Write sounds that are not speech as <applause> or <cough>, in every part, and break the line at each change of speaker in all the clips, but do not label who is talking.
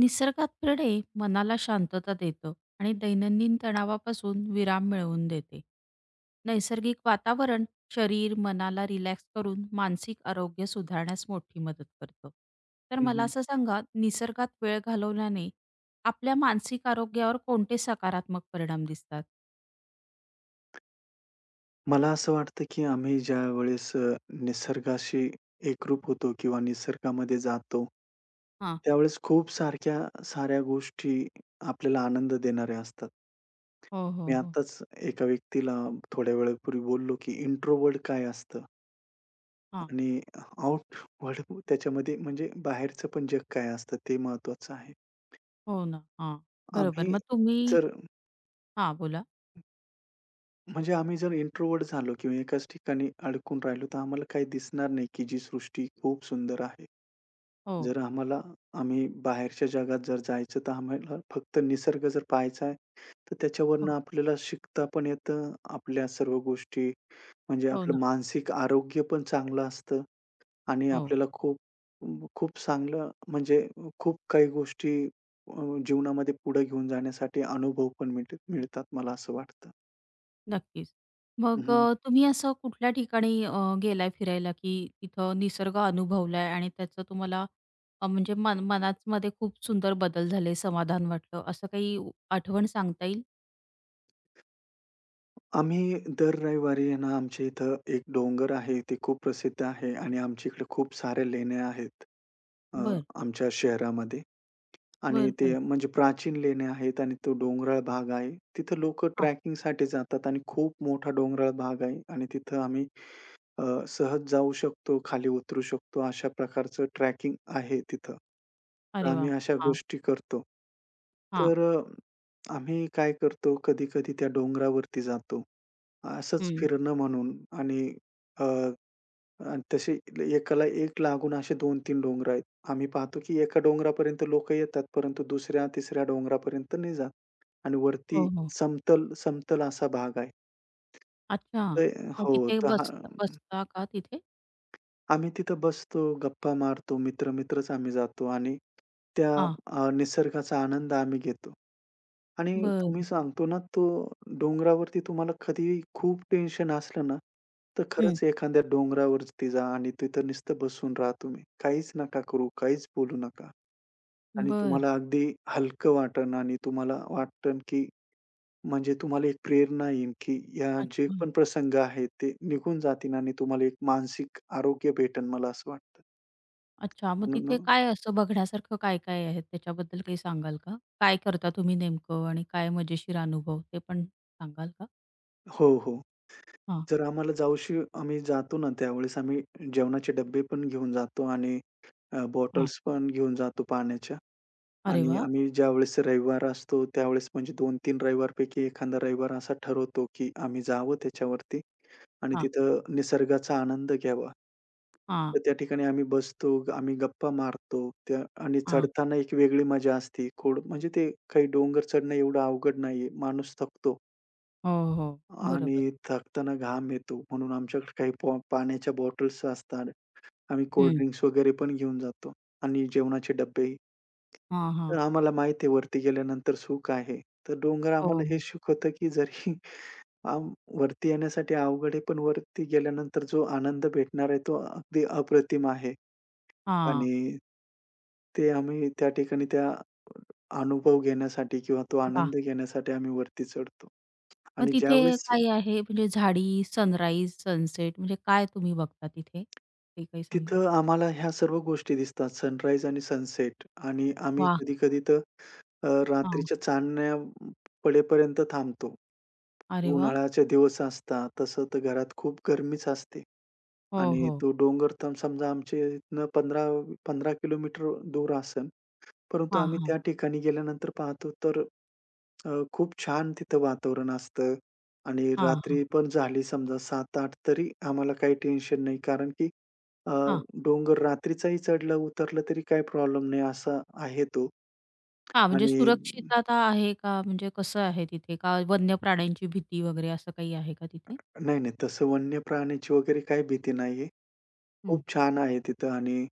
निसर्गात फिरणे मनाला शांतता देतं आणि दैनंदिन तणावापासून विराम मिळवून देते. नैसर्गिक वातावरण शरीर, मनाला रिलॅक्स करून मानसिक आरोग्य सुधारण्यास मोठी मदत करतं. तर
हं,
मला
हं.
असं सांगा, निसर्गात वेळ घालवल्याने आपल्या मानसिक आरोग्यावर कोणते सकारात्मक परिणाम दिसतात?
मला असं वाटतं, की आम्ही ज्यावेळेस निसर्गाशी एकरूप होतो किंवा निसर्गामध्ये जातो,
हां.
त्यावेळेस खूप सारख्या साऱ्या गोष्टी आपल्याला आनंद देणाऱ्या असतात.
हो, हो,
मी
हो.
आताच एका व्यक्तीला थोड्या वेळापूर्वी बोललो, की इंट्रोवर्ट काय असतं
हां.
आणि आउटवर्ड त्याच्यामध्ये म्हणजे बाहेरचं पण जग काय असतं ते महत्त्वाचं आहे.
हो ना. हां.
आम्ही
बरोबर. मग तुम्ही
जर
हां, बोला.
म्हणजे आम्ही जर इंट्रोव्हर्ट झालो किंवा एकाच ठिकाणी अडकून राहिलो, तर आम्हाला काही दिसणार नाही, की जी सृष्टी खूप सुंदर आहे.
हो,
जर आम्हाला आम्ही बाहेरच्या जगात जर जायचं, तर आम्हाला फक्त निसर्ग जर पाहायचा आहे, तर
हो.
त्याच्यावरनं आपल्याला शिकता पण येतं. आपल्या सर्व गोष्टी म्हणजे
हो
आपलं
ना.
मानसिक आरोग्य पण चांगलं असतं आणि
हो.
आपल्याला खूप खूप चांगलं म्हणजे खूप काही गोष्टी अ, जीवनामध्ये पुढे घेऊन जाण्यासाठी अनुभव पण मिळतात, मला असं वाटतं.
नक्कीच. मग तुम्ही असं कुठल्या ठिकाणी गेलाय फिरायला, की तिथं निसर्ग अनुभवलाय आणि त्याचं तुम्हाला म्हणजे मनामध्ये खूप सुंदर बदल झाले, समाधान वाटलं, असं काही आठवण सांगता येईल?
आम्ही दर रविवारी आहे ना, आमच्या इथं एक डोंगर आहे, ते खूप प्रसिद्ध आहे आणि आमच्या इकडे खूप साऱ्या लेण्या आहेत. अ,
बर
आमच्या शहरामध्ये. आणि
बर बरं.
ते म्हणजे प्राचीन लेण्या आहेत आणि तो डोंगराळ भाग आहे. तिथं लोकं
हां.
ट्रेकिंगसाठी जातात आणि खूप मोठा डोंगराळ भाग आहे आणि तिथं आम्ही अ, सहज जाऊ शकतो, खाली उतरू शकतो, अशा प्रकारचं ट्रेकिंग आहे तिथं. तर
अरे
आम्ही
वाह!
अशा
हां,
गोष्टी करतो.
हां.
तर आम्ही काय करतो, कधी-कधी त्या डोंगरावरती जातो. असंच
हं.
फिरणं म्हणून आणि आणि तसे एकाला एक लागून असे 2 तीन डोंगर आहेत. आम्ही पाहतो की एका डोंगरापर्यंत लोकं येतात, परंतु दुसऱ्या-तिसऱ्या डोंगरापर्यंत नाही जात आणि वरती
हो, हो.
समतल समतल असा भाग आहे.
अच्छा.
तर
मग
हो,
तिथे
तर
बसता
हां.
बसता का तिथे?
आम्ही तिथं बसतो, गप्पा मारतो, मित्र-मित्रच आम्ही जातो आणि त्या
हां.
निसर्गाचा आनंद आम्ही घेतो. आणि तुम्ही
बरं.
सांगतो ना, तो डोंगरावरती तुम्हाला कधीही खूप टेन्शन असलं ना, तर
हं.
खरंच एखाद्या डोंगरावरती जा आणि तिथं नुसतं बसून राहा तुम्ही. काहीच नका करू, काहीच बोलू नका. आणि
बरं.
तुम्हाला अगदी हलकं वाटेल आणि तुम्हाला वाटेल, की म्हणजे तुम्हाला एक प्रेरणा येईल, की या जे
अच्छा.
पण प्रसंग आहेत ते निघून जातील आणि तुम्हाला एक मानसिक आरोग्य भेटेल मला असं वाटतं.
अच्छा, मग
म्हणून ना
तिथे काय असं बघण्यासारखं काय-काय आहे? त्याच्याबद्दल काही सांगाल का? काय करता तुम्ही नेमकं आणि काय मजेशीर अनुभव ते पण सांगाल का?
हो, हो.
हां,
जर आम्हाला जावशी आम्ही जातो ना, त्यावेळेस आम्ही जेवणाचे डब्बे पण घेऊन जातो आणि
हां.
बॉटल्स पण घेऊन जातो पाण्याच्या
अरे
आणि
वा
आम्ही ज्यावेळेस रविवार असतो, त्यावेळेस म्हणजे 2, 3 रविवारपैकी एखादा रविवार असा ठरवतो, की आम्ही जावं त्याच्यावरती आणि
हां,
तिथं निसर्गाचा आनंद घ्यावा.
हां,
तर त्या ठिकाणी आम्ही बसतो, आम्ही गप्पा मारतो त्या आणि
हां.
चढताना एक वेगळी मजा असते. खोड म्हणजे ते काही डोंगर चढणं एवढं अवघड नाहीये. माणूस थकतो.
हो, हो. बरोबर.
आणि थकताना घाम येतो म्हणून आमच्याकडे काही पाण्याच्या बॉटल्स असतात. आम्ही कोल्ड
हं.
ड्रिंक्स वगैरे पण घेऊन जातो आणि जेवणाचे डब्बेही.
हां, हां.
तर आम्हाला माहिती आहे वरती गेल्यानंतर सुख आहे. तर डोंगर
हो,
आम्हाला हे
हो.
शिकवतं, की जरी <laughs> आम वरती येण्यासाठी अवघड आहे, पण वरती गेल्यानंतर जो आनंद भेटणार आहे तो अगदी अप्रतिम आहे.
हां.
आणि ते आम्ही त्या ठिकाणी त्या अनुभव घेण्यासाठी किंवा तो
वाह!
आनंद घेण्यासाठी आम्ही वरती चढतो.
मग
आणि
तिथे
ज्यावेळेस
काय आहे म्हणजे झाडी, सनराईज, सनसेट म्हणजे काय तुम्ही बघता तिथे? ते काही सांगाल?
तिथं आम्हाला ह्या सर्व गोष्टी दिसतात. सनराईज आणि सनसेट आणि आम्ही
वाह!
कधी-कधी तर
हां.
रात्रीच्या चांदण्या पडेपर्यंत थांबतो.
अरे वाह!
उन्हाळ्याचे दिवस असतात. तसं तर घरात खूप गरमीच असते
हो,
आणि
हो.
तो डोंगर तर समजा आमच्या इथनं 15, 15 किलोमीटर दूर असेल. परंतु
हां,
आम्ही
हां.
त्या ठिकाणी गेल्यानंतर पाहतो तर खूप छान तिथं वातावरण असतं आणि
हां, हां.
रात्री पण झाली समजा सात 8 तरी आम्हाला काही टेन्शन नाही. कारण की अ,
हां.
डोंगर रात्रीचाही चढलं उतरलं तरी काही प्रॉब्लेम नाही असा आहे तो.
हां, म्हणजे
आणि
सुरक्षितता आहे का? म्हणजे कसं आहे तिथे? का वन्य प्राण्यांची भीती वगैरे असं काही आहे का तिथे?
नाही, नाही तसं वन्य प्राण्याची वगैरे काही भीती नाहीये.
हं.
खूप छान आहे तिथं आणि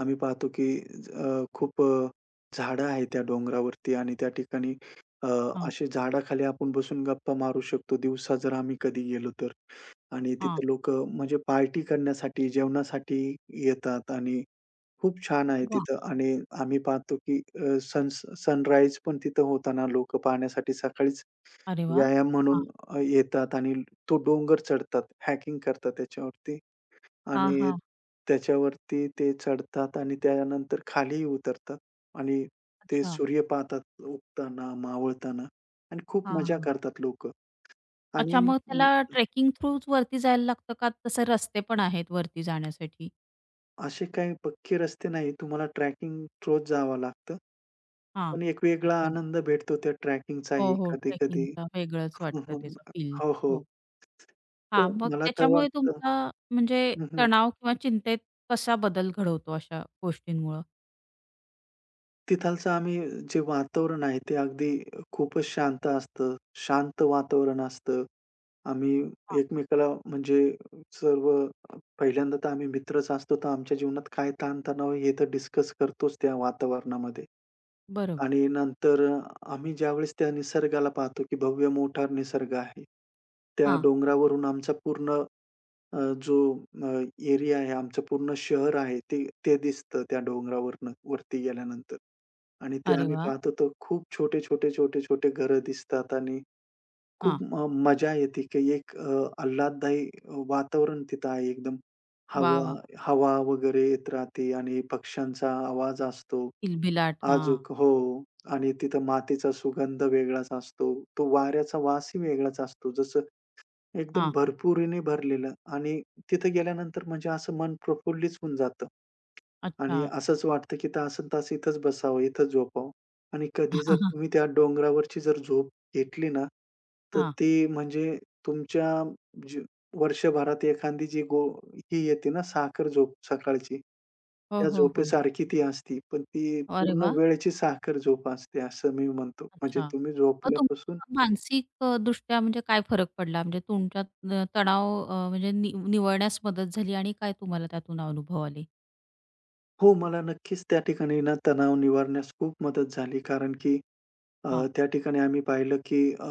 आम्ही पाहतो की खूप झाडं आहेत त्या डोंगरावरती आणि त्या ठिकाणी अ,
हां,
अशी झाडाखाली आपण बसून गप्पा मारू शकतो दिवसा जर आम्ही कधी गेलो तर. आणि
हां.
तिथे लोक म्हणजे पार्टी करण्यासाठी, जेवणासाठी येतात आणि खूप छान आहे
वाह!
तिथं आणि आम्ही पाहतो की सनराईज पण तिथं होताना लोकं पाहण्यासाठी सकाळीच
अरे वाह!
व्यायाम
हां,
म्हणून येतात आणि तो डोंगर चढतात, हॅकिंग करतात त्याच्यावरती.
हां,
आणि
हां.
त्याच्यावरती ते चढतात आणि त्यानंतर खालीही उतरतात आणि ते
अच्छा.
सूर्य पाहतात उगताना, मावळताना आणि खूप
हां,
मजा
हां.
करतात लोकं. आणि
अच्छा मग
अ,
त्याला ट्रेकिंग थ्रूच वरती जायला लागतं का तसे रस्ते पण आहेत वरती जाण्यासाठी?
असे काही पक्के रस्ते नाही. तुम्हाला ट्रॅकिंग थ्रूच जावं लागतं.
हां.
पण एक वेगळा
अच्छा.
आनंद भेटतो त्या
हो,
ट्रॅकिंगचाही
हो.
कधी-कधी.
ट्रेकिंगचा वेगळंच वाटतं त्याचा
<laughs>
फील.
हो, हो.
हो. हां,
तर
मग
मला तर
त्याच्यामुळे
वाटतं
तुमचा म्हणजे
<laughs>
तणाव किंवा चिंतेत कसा बदल घडवतो अशा गोष्टींमुळं?
तिथालचं आम्ही जे वातावरण आहे ते अगदी खूपच शांत असतं. शांत वातावरण असतं. आम्ही
हां.
एकमेकाला म्हणजे सर्व पहिल्यांदा तर आम्ही मित्रच असतो, तर आमच्या जीवनात काय ताणतणाव आहे हे तर डिस्कस करतोच त्या वातावरणामध्ये.
बरोबर.
आणि नंतर आम्ही ज्यावेळेस त्या निसर्गाला पाहतो, की भव्य मोठा निसर्ग आहे. त्या
हां.
डोंगरावरून आमचा पूर्ण अ, जो एरिया आहे, आमचं पूर्ण शहर आहे ते ते दिसतं त्या डोंगरावरनं वरती गेल्यानंतर. आणि ते
अरे
आम्ही
वाह!
पाहतो तर खूप छोटे-छोटे घरं दिसतात आणि
हां.
खूप मजा येते की एक आल्हाददायी वातावरण तिथं आहे एकदम.
वाह,
हवा
वाह!
हवा वगैरे येत राहते आणि पक्ष्यांचा आवाज असतो.
किलबिलाट. हां,
अजूक हो. आणि तिथं मातीचा सुगंध वेगळाच असतो. तो वाऱ्याचा वासही वेगळाच असतो. जसं एकदम
हां.
भरपुरीने भरलेलं आणि तिथे गेल्यानंतर म्हणजे असं मन प्रफुल्लित होऊन जातं.
अच्छा.
आणि असंच वाटतं, की तासंतास इथंच बसावं, इथंच झोपावं आणि कधी जर तुम्ही
<laughs>
त्या डोंगरावरची जर झोप घेतली ना, तर
हां.
ती म्हणजे तुमच्या जी वर्षभरात एखादी जी गो ही येते ना साखर झोप सकाळची,
हो,
त्या
हो, हो.
झोपेसारखी ती असती. पण ती
अरे
पूर्ण
वाह!
वेळेची साखर झोप असते असं मी म्हणतो. म्हणजे
अच्छा.
तुम्ही
मग
झोपल्यापासून
तुमच्या मानसिक दृष्ट्या म्हणजे काय फरक पडला? म्हणजे तुमच्यात तणाव म्हणजे निवळण्यास मदत झाली आणि काय तुम्हाला त्यातून अनुभव आले?
हो, मला नक्कीच त्या ठिकाणी ना तणाव निवारण्यास खूप मदत झाली. कारण की अ,
हां.
त्या ठिकाणी आम्ही पाहिलं की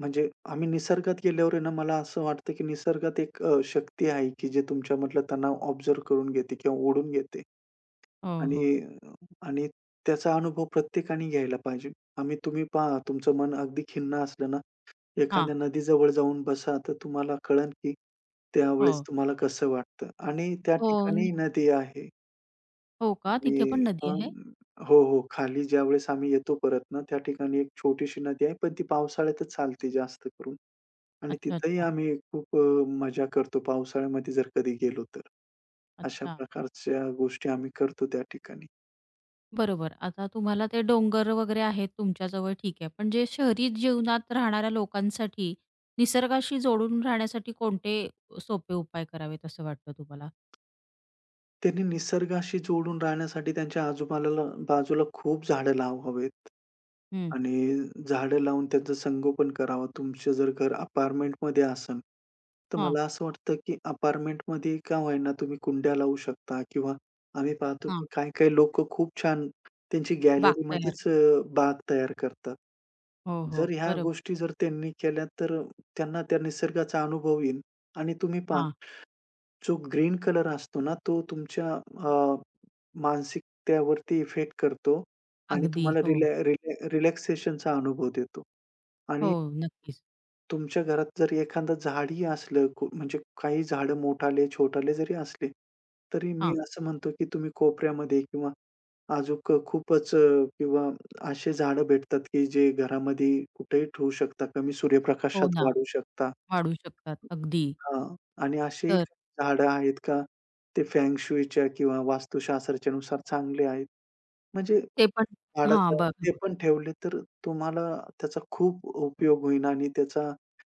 म्हणजे आम्ही निसर्गात गेल्यावर आहे ना, मला असं वाटतं की निसर्गात एक शक्ती आहे की जे तुमच्यामधला तणाव ऑब्झर्व्ह करून घेते किंवा ओढून घेते
हो,
आणि
हो.
आणि त्याचा अनुभव प्रत्येकाने घ्यायला पाहिजे. आम्ही तुम्ही पहा तुमचं मन अगदी खिन्न असलं ना,
हां.
एखाद्या नदीजवळ जाऊन बसा, तर तुम्हाला कळेल की
हो.
त्यावेळेस तुम्हाला कसं वाटतं आणि त्या
हो. न-
ठिकाणी नदी आहे.
हो का? तिथे
आणि
पण नदी आहे?
हो, हो. खाली ज्यावेळेस आम्ही येतो परत ना, त्या ठिकाणी एक छोटीशी नदी आहे, पण ती पावसाळ्यातच चालते जास्त करून आणि
अच्छा,
तिथंही
अच्छा.
आम्ही खूप मजा करतो पावसाळ्यामध्ये जर कधी गेलो तर. अशा
अच्छा.
प्रकारच्या गोष्टी आम्ही करतो त्या ठिकाणी.
बरोबर. आता तुम्हाला ते डोंगर वगैरे आहेत तुमच्याजवळ ठीक आहे. पण जे शहरी जीवनात राहणाऱ्या लोकांसाठी निसर्गाशी जोडून राहण्यासाठी कोणते सोपे उपाय करावेत असं वाटतं तुम्हाला?
त्यांनी निसर्गाशी जोडून राहण्यासाठी त्यांच्या बाजूला खूप झाडं लावावेत
हं.
आणि झाडं लावून त्यांचं संगोपन करावं. तुमचं जर घर अपार्टमेंटमध्ये असेल, तर
हां,
मला असं वाटतं, की अपार्टमेंटमध्ये का होईना तुम्ही कुंड्या लावू शकता किंवा आम्ही पाहतो,
हां.
की काही-काही लोकं खूप छान त्यांची
बाग तयार.
गॅलरीमध्येच बाग तयार करतात.
हो, हो.
ह्या
बरोबर.
गोष्टी जर त्यांनी केल्या, तर त्यांना त्या निसर्गाचा अनुभव येईल आणि तुम्ही पहा
हां.
जो ग्रीन कलर असतो ना, तो तुमच्या अ, मानसिकतेवरती इफेक्ट करतो आणि
अगदी.
तुम्हाला
हो,
रिलॅ रिलॅ रिलॅक्सेशनचा अनुभव देतो.
हो.
आणि
नक्कीच.
तुमच्या घरात जर एखादं झाडही असलं, म्हणजे काही झाडं मोठाले, छोटाले जरी असले, तरी मी
हां.
असं म्हणतो की तुम्ही कोपऱ्यामध्ये किंवा अजून खूपच अ, किंवा असे झाडं भेटतात की जे घरामध्ये कुठेही ठेवू शकता, कमी
हो
सूर्यप्रकाशात
ना.
वाढवू शकता.
वाढू शकतात. अगदी.
हां. आणि अशीही
तर
काही झाडं आहेत का, ते फेंग शुईच्या किंवा वास्तुशास्त्राच्या नुसार चांगले आहेत? म्हणजे
ते पण हां.
झाडाचं
बघ
ते पण ठेवले तर तुम्हाला त्याचा खूप उपयोग होईल आणि त्याचा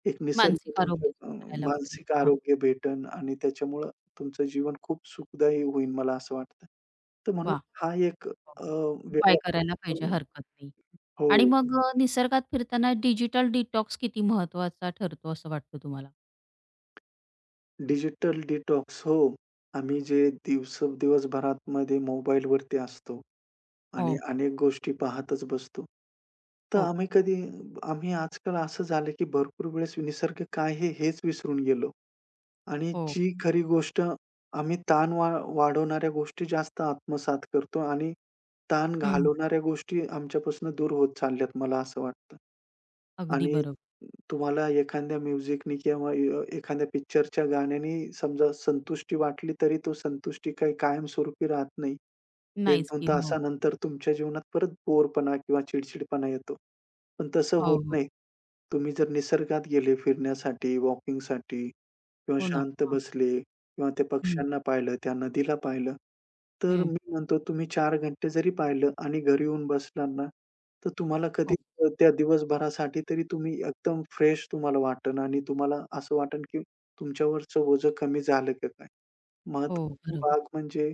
एक निसर्ग
मानसिक
तुमच्या
आरोग्य सुधारायला वगैरे.
मानसिक
हां.
आरोग्य भेटेल आणि त्याच्यामुळं तुमचं जीवन खूप सुखदायी होईल मला असं वाटतं. तर म्हणून
वाह!
हा एक
उपाय
वेगळा
करायला
प्रकार
पाहिजे.
पण
हरकत नाही.
हो.
आणि मग निसर्गात फिरताना डिजिटल डिटॉक्स किती महत्वाचा ठरतो असं वाटतं तुम्हाला?
डिजिटल डिटॉक्स हो. आम्ही जे दिवसभरामध्ये मोबाईलवरती असतो. आणि
हो,
अनेक गोष्टी पाहतच बसतो. तर
हो,
आम्ही कधी आम्ही आजकाल असं झालं, की भरपूर वेळेस निसर्ग काय हेच विसरून गेलो. आणि
हो.
जी खरी गोष्ट आम्ही ताण वाढवणाऱ्या गोष्टी जास्त आत्मसात करतो आणि ताण
हं.
घालवणाऱ्या गोष्टी आमच्यापासून दूर होत चालल्यात मला असं वाटतं.
अगदी
आणि
बरोबर.
तुम्हाला एखाद्या म्युझिकनी किंवा एखाद्या पिक्चरच्या गाण्यानी समजा संतुष्टी वाटली तरी तो संतुष्टी काही कायमस्वरूपी राहत नाही.
नाहीच
1, 2
की. हो.
तासानंतर तुमच्या जीवनात परत बोरपणा किंवा चिडचिडपणा येतो. पण तसं
हो,
होत
हो.
नाही. तुम्ही जर निसर्गात गेले फिरण्यासाठी, वॉकिंगसाठी किंवा
हो ना.
शांत
हां.
बसले किंवा त्या
हं,
पक्ष्यांना पाहिलं, त्या नदीला पाहिलं. तर
हं.
मी म्हणतो तुम्ही चार घंटे जरी पाहिलं आणि घरी येऊन बसलात ना, तर तुम्हाला कधी
हो,
त्या दिवसभरासाठी तरी तुम्ही एकदम फ्रेश तुम्हाला वाटेल आणि तुम्हाला असं वाटेल, की तुमच्यावरचं ओझं कमी झालं का काय?
हो.
महत्त्वाचा
बरोबर.
भाग म्हणजे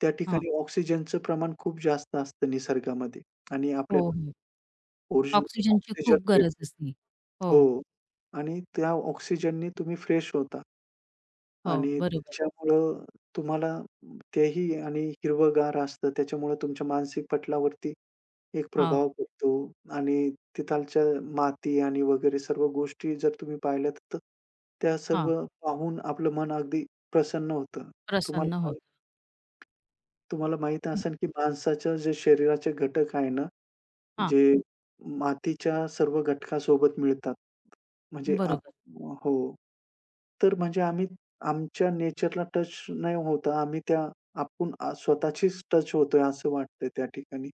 त्या
हां.
ठिकाणी ऑक्सिजनचं प्रमाण खूप जास्त असतं निसर्गामध्ये आणि
हो,
आपल्याला
हो.
ओरिजिनल
ऑक्सिजनची
ऑक्सिजन
खूप गरज
भेटतो.
असते. हो,
हो. आणि त्या ऑक्सिजननी तुम्ही फ्रेश होता.
हो.
आणि
बरोबर.
त्याच्यामुळं तुम्हाला तेही आणि हिरवंगार असतं. त्याच्यामुळं तुमच्या मानसिक पटलावरती एक
हां,
प्रभाव पडतो आणि तिथालच्या माती आणि वगैरे सर्व गोष्टी जर तुम्ही पाहिल्यात, तर त्या सर्व
हां.
पाहून आपलं मन अगदी प्रसन्न होतं.
प्रसन्न
तुम्हाला माहीत
होतं.
तुम्हाला माहीत
हं.
असेल, की माणसाच्या जे शरीराचे घटक आहे ना
हां.
जे मातीच्या सर्व घटकासोबत मिळतात. म्हणजे आप
बरोबर.
हो. तर म्हणजे आम्ही आमच्या नेचरला टच नाही होता आम्ही त्या आपण स्वतःचीच टच होतोय असं वाटतंय त्या ठिकाणी.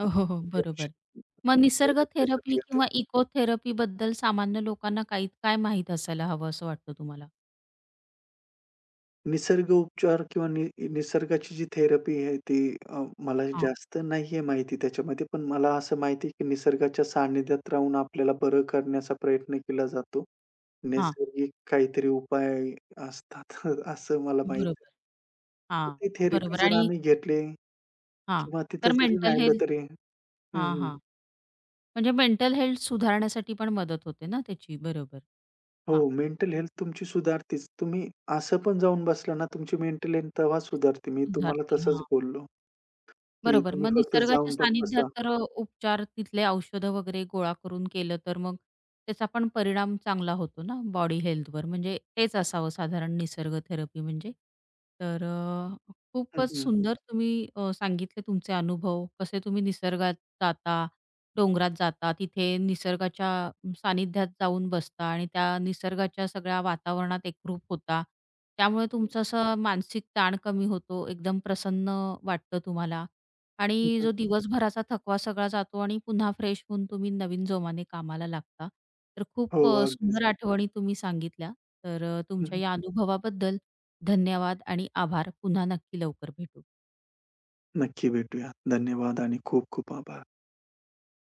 हो, हो, हो. बरोबर.
टेन्शन
मग निसर्ग थेरपी किंवा इको थेरपी बद्दल सामान्य लोकांना काही काय माहीत असायला हवं असं वाटतं तुम्हाला?
निसर्ग उपचार किंवा नि निसर्गाची जी थेरपी आहे ती मला
हां,
जास्त नाहीये माहिती त्याच्यामध्ये. पण मला असं माहिती आहे, की निसर्गाच्या सानिध्यात राहून आपल्याला बरं करण्याचा प्रयत्न केला जातो.
हां.
नैसर्गिक काहीतरी उपाय असतात <laughs> असं मला माहित आहे.
बरोबर.
तर
हां,
ती थेरपी
बरोबर
जर
आणि
आम्ही घेतली
हां,
किंवा तिथं
तर
जरी
मेंटल
राहिलं
हेल्थ
तरी हं,
हां,
हं.
हां. म्हणजे मेंटल हेल्थ सुधारण्यासाठी पण मदत होते ना त्याची. बरोबर.
हो,
हां,
मेंटल हेल्थ तुमची सुधारतेच. तुम्ही असं पण जाऊन बसला ना, तुमची मेंटल हेल्थ तेव्हा सुधारते. मी तुम्हाला
सुधारती,
तसंच
हां.
बोललो, की
बरोबर.
तुम्ही
मग
फक्त
निसर्गाच्या
जाऊन पण
सानिध्यात
बसा.
तर उपचार तिथले औषधं वगैरे गोळा करून केलं तर मग त्याचा पण परिणाम चांगला होतो ना बॉडी हेल्थवर. म्हणजे तेच असावं साधारण निसर्ग थेरपी म्हणजे. तर
हं,
खूपच
हं.
सुंदर तुम्ही सांगितले तुमचे अनुभव. कसे तुम्ही निसर्गात जाता, डोंगरात जाता, तिथे निसर्गाच्या सानिध्यात जाऊन बसता आणि त्या निसर्गाच्या सगळ्या वातावरणात एकरूप होता. त्यामुळे तुमचा असा मानसिक ताण कमी होतो, एकदम प्रसन्न वाटतं तुम्हाला आणि
हं, हं.
जो दिवसभराचा थकवा सगळा जातो आणि पुन्हा फ्रेश होऊन तुम्ही नवीन जोमाने कामाला लागता. तर
हो,
खूप
अगदीच.
सुंदर आठवणी तुम्ही सांगितल्या. तर
हं,
तुमच्या
हं.
या अनुभवाबद्दल धन्यवाद आणि आभार. पुन्हा नक्की लवकर भेटू.
नक्की भेटूया. धन्यवाद आणि खूप खूप आभार.